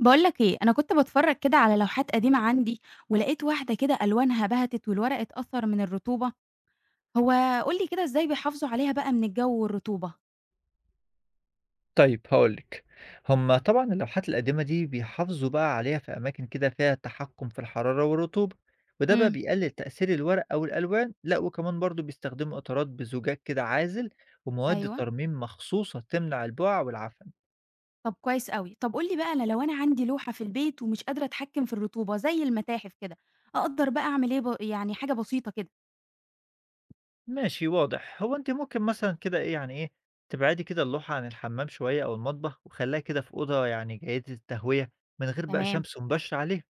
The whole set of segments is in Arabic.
باقول لك إيه، أنا كنت باتفرّج كده على لوحات قديمة عندي، ولقيت واحدة كده ألوانها بهتت والورق اتأثّر من الرطوبة، هو قُل لي كده إزاي بيحافظوا عليها بقى من الجو والرطوبة؟ طيب هاقول لِك، هم طبعًا اللوحات القديمة دي بيحافظوا بقى عليها في أماكن كده فيها تحكُّم في الحرارة والرطوبة، وده بقى إمم، بيقلل تأثير الورق أو الألوان، لأ وكمان برضه بيستخدموا إطارات بزجاج كده عازل، ومواد أيوه. ترميم مخصوصة تمنع البُقع والعفن. طب كويس أوي، طب قُل لي بقى أنا لو أنا عندي لوحة في البيت ومش قادرة أتحكم في الرطوبة زي المتاحف كده، أقدر بقى أعمل إيه ب يعني حاجة بسيطة كده؟ ماشي واضح. هو أنتِ ممكن مثلًا كده إيه، يعني إيه، تبعدي كده اللوحة عن الحمام شوية أو المطبخ وخلّيها كده في أوضة يعني جيدة التهوية من غير بقى تمام، شمس مباشرة عليها.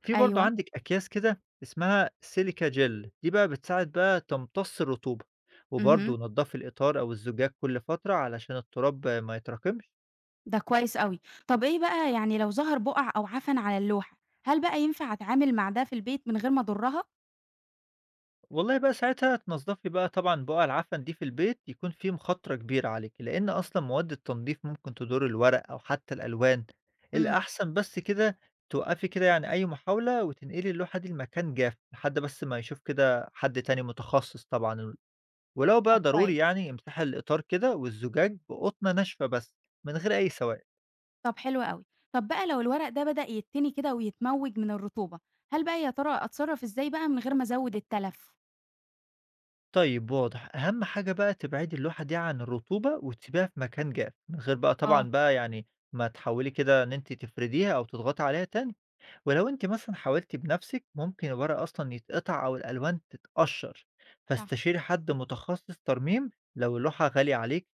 في برضه أيوه، عندِك أكياس كده اسمها سيليكا جل، دي بقى بتساعد بقى تمتص الرطوبة، اهم. وبرضه نضّفي الإطار أو الزجاج كل فترة علشان التراب ما يتراكمش. ده كويس أوي، طب إيه بقى يعني لو ظهر بُقع أو عفن على اللوحة، هل بقى ينفع أتعامل مع ده في البيت من غير ما أضرّها؟ والله بقى ساعتها تنضّفي بقى طبعًا بُقع العفن دي في البيت يكون في مخاطرة كبيرة عليكِ، لإن أصلًا مواد التنضيف ممكن تضُر الورق أو حتى الألوان، إمم، الأحسن بس كده توقّفي كده يعني أي محاولة وتنقلي اللوحة دي لمكان جاف، لحد بس ما يشوف كده حد تاني متخصص طبعًا، ولو بقى طب ضروري كويس. يعني امسحي الإطار كده والزجاج بقطنة ناشفة بس من غير أي سوائل. طب حلو أوي. طب بقى لو الورق ده بدأ يتني كده ويتموِّج من الرطوبة، هل بقى يا ترى أتصرّف إزاي بقى من غير ما أزوِّد التلف؟ طيب واضح، أهم حاجة بقى تبعدي اللوحة دي عن الرطوبة وتسيبيها في مكان جاف، من غير بقى آه، طبعًا بقى يعني ما تحاولي كده إن أنتِ تفرديها أو تضغطي عليها تاني، ولو أنتِ مثلًا حاولتِ بنفسِك ممكن الورق أصلًا يتقطع أو الألوان تتقشر، صح. فاستشيري حد متخصص ترميم لو اللوحة غالية عليكِ.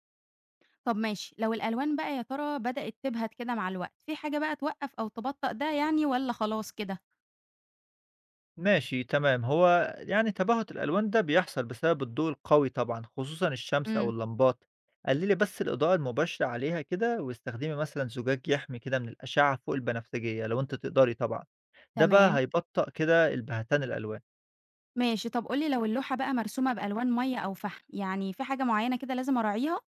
طب ماشي، لو الألوان بقى يا ترى بدأت تبهت كده مع الوقت، في حاجة بقى توقّف أو تبطّئ ده يعني والّا خلاص كده؟ ماشي تمام، هو يعني تباهت الألوان ده بيحصل بسبب الضوء القوي طبعا، خصوصا الشمس أو إمم. اللمبات، قللي بس الإضاءة المباشرة عليها كده واستخدمي مثلا زجاج يحمي كده من الأشعة فوق البنفسجية لو أنت تقدري طبعا، ده بقى تمام، هيبطأ كده البهتان الألوان. ماشي. طب قُل لي لو اللوحة بقى مرسومة بألوان مَيّة أو فحم، يعني في حاجة معيّنة كده لازم أراعيها؟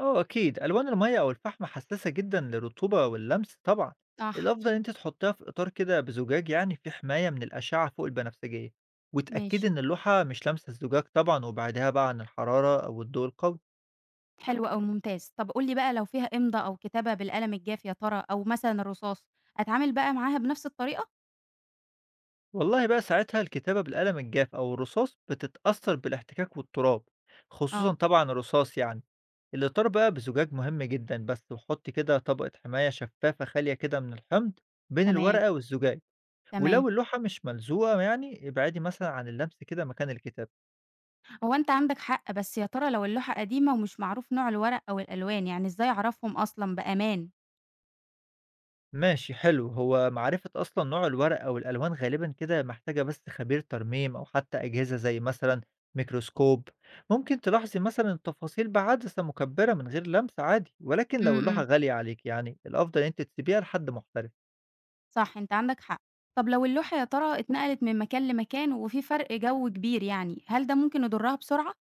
اه أكيد ألوان المية أو الفحم حساسة جدا للرطوبة واللمس طبعا، صح. الأفضل إن أنت تحطيها في إطار كده بزجاج يعني فيه حماية من الأشعة فوق البنفسجية، وتأكدي ماشي، إن اللوحة مش لامسة الزجاج طبعا وبعدها بقى عن الحرارة أو الضوء القوي. حلو أوي، ممتاز. طب قُل لي بقى لو فيها إمضا أو كتابة بالقلم الجاف يا ترى أو مثلًا الرصاص، أتعامل بقى معاها بنفس الطريقة؟ والله بقى ساعتها الكتابة بالقلم الجاف أو الرصاص بتتأثر بالاحتكاك والتراب، خصوصا آه. طبعا الرصاص يعني، الإطار بقى بزجاج مهم جدا بس، وحط كده طبقة حماية شفافة خالية كده من الحمض بين تمام، الورقة والزجاج، تمام. ولو اللوحة مش ملزوقة يعني ابعدي مثلا عن اللمس كده مكان الكتابة. هو أنت عندك حق، بس يا ترى لو اللوحة قديمة ومش معروف نوع الورق أو الألوان، يعني إزاي أعرفهم أصلًا بأمان؟ ماشي حلو، هو معرفة أصلا نوع الورق أو الألوان غالبا كده محتاجة بس خبير ترميم أو حتى أجهزة زي مثلا ميكروسكوب، ممكن تلاحظي مثلا التفاصيل بعدسة مكبرة من غير لمس عادي، ولكن لو إمم، اللوحة إمم، غالية عليك يعني الأفضل إن أنت تسيبيها لحد محترف. صح أنت عندك حق. طب لو اللوحة يا ترى اتنقلت من مكان لمكان وفي فرق جو كبير يعني، هل ده ممكن يضرها بسرعة؟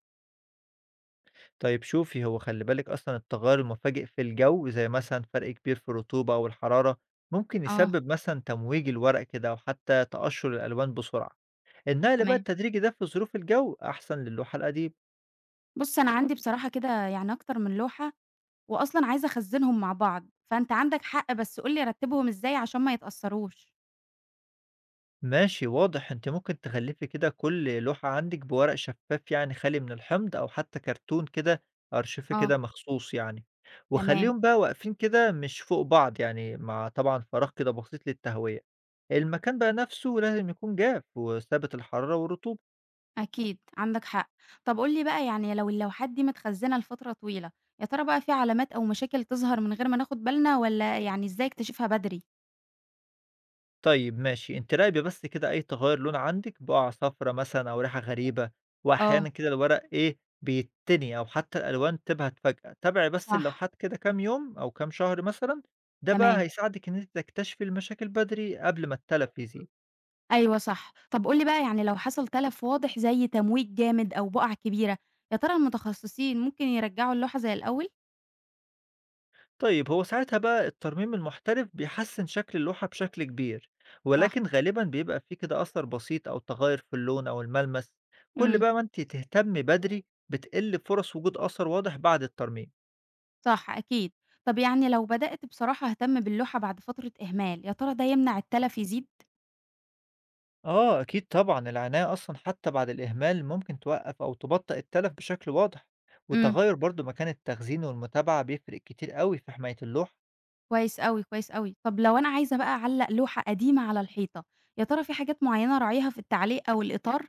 طيب شوفي، هو خلي بالك أصلا التغير المفاجئ في الجو زي مثلا فرق كبير في الرطوبة أو الحرارة ممكن آه، يسبب مثلا تمويج الورق كده أو حتى تقشر الألوان بسرعة، النقل بقى تمام. التدريجي ده في ظروف الجو أحسن للوحة القديمة. بُص أنا عندي بصراحة كده يعني أكتر من لوحة، وأصلًا عايزة أخزّنهم مع بعض، فأنت عندك حق بس قُل لي أرتّبهم إزاي عشان ما يتأثّروش؟ ماشي واضح، أنتِ ممكن تغلّفي كده كل لوحة عندِك بورق شفاف يعني خالي من الحمض أو حتى كرتون كده أرشفة آه. كده مخصوص يعني، تمام. وخلّيهم بقى واقفين كده مش فوق بعض يعني مع طبعًا فراغ كده بسيط للتهوية، المكان بقى نفسه لازم يكون جاف وثابت الحرارة والرطوبة. أكيد، عندك حق. طب قُل لي بقى يعني لو اللوحات دي متخزّنة لفترة طويلة، يا ترى بقى في علامات أو مشاكل تظهر من غير ما ناخد بالنا والّا يعني إزاي اكتشفها بدري؟ طيب ماشي، أنتِ راقبي بس كده أي تغيُّر لون عندِك بقع صفرا مثلًا أو ريحة غريبة، وأحيانًا آه، كده الورق بيتني أو حتى الألوان تبهت فجأة، تابعي بس صح، اللوحات كده كام يوم أو كام شهر مثلًا، ده بقى تمام، هيساعدِك إن أنتِ تكتشفي المشاكل بدري قبل ما التلف يزيد. أيوه صح. طب قُل لي بقى يعني لو حصل تلف واضح زي تمويج جامد أو بُقع كبيرة، يا ترى المتخصصين ممكن يرجّعوا اللوحة زي الأول؟ طيب هو ساعتها بقى الترميم المحترف بيحسّن شكل اللوحة بشكل كبير، صح، ولكن غالبًا بيبقى فيه كده أثر بسيط أو تغيُّر في اللون أو الملمس، كل إمم، بقى ما أنتِ تهتمي بدري بتقل فرص وجود أثر واضح بعد الترميم. صح أكيد. طب يعني لو بدأت بصراحة أهتم باللوحة بعد فترة إهمال، يا ترى ده يمنع التلف يزيد؟ آه أكيد طبعًا، العناية أصلًا حتى بعد الإهمال ممكن توقّف أو تبطّئ التلف بشكل واضح، إمم. والتغيّر برضه مكان التخزين والمتابعة بيفرق كتير أوي في حماية اللوحة. كويس أوي، كويس أوي. طب لو أنا عايزة بقى أعلّق لوحة قديمة على الحيطة، يا ترى في حاجات معيّنة أراعيها في التعليق أو الإطار؟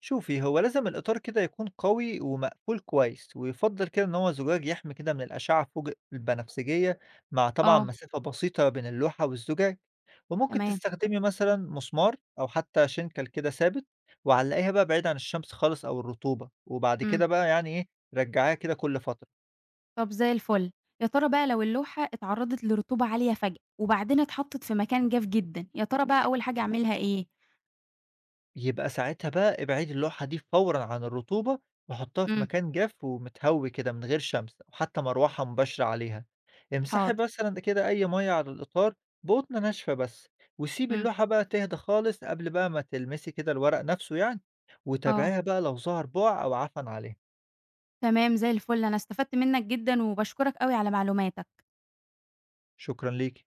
شوفي، هو لازم الإطار كده يكون قوي ومقفول كويس، ويُفضّل كده إن هو زجاج يحمي كده من الأشعة فوق البنفسجية مع طبعًا آه، مسافة بسيطة بين اللوحة والزجاج. وممكن تمام، تستخدمي مثلًا مسمار أو حتى شنكل كده ثابت، وعلّقيها بقى بعيد عن الشمس خالص أو الرطوبة، وبعد إمم. كده بقى يعني إيه، رجّعيها كده كل فترة. طب زي الفل. يا ترى بقى لو اللوحة اتعرّضت لرطوبة عالية فجأة وبعدين اتحطّت في مكان جاف جدًا، يا ترى بقى أول حاجة أعملها إيه؟ يبقى ساعتها بقى ابعدي اللوحة دي فورًا عن الرطوبة، وحطّها في إمم، مكان جاف ومتهوي كده من غير شمس أو حتى مروحة مباشرة عليها. امسحي حاضر، مثلًا كده أي مَيّة على الإطار بقطن ناشفة بس، وسيبي إمم، اللوحة بقى تهدى خالص قبل بقى ما تلمسي كده الورق نفسه يعني، آه، وتابعيها بقى لو ظهر بُقع أو عفن عليها. تمام زي الفل. أنا استفدت منّك جدًا وباشكرك أوي على معلوماتك. شكرًا ليكِ.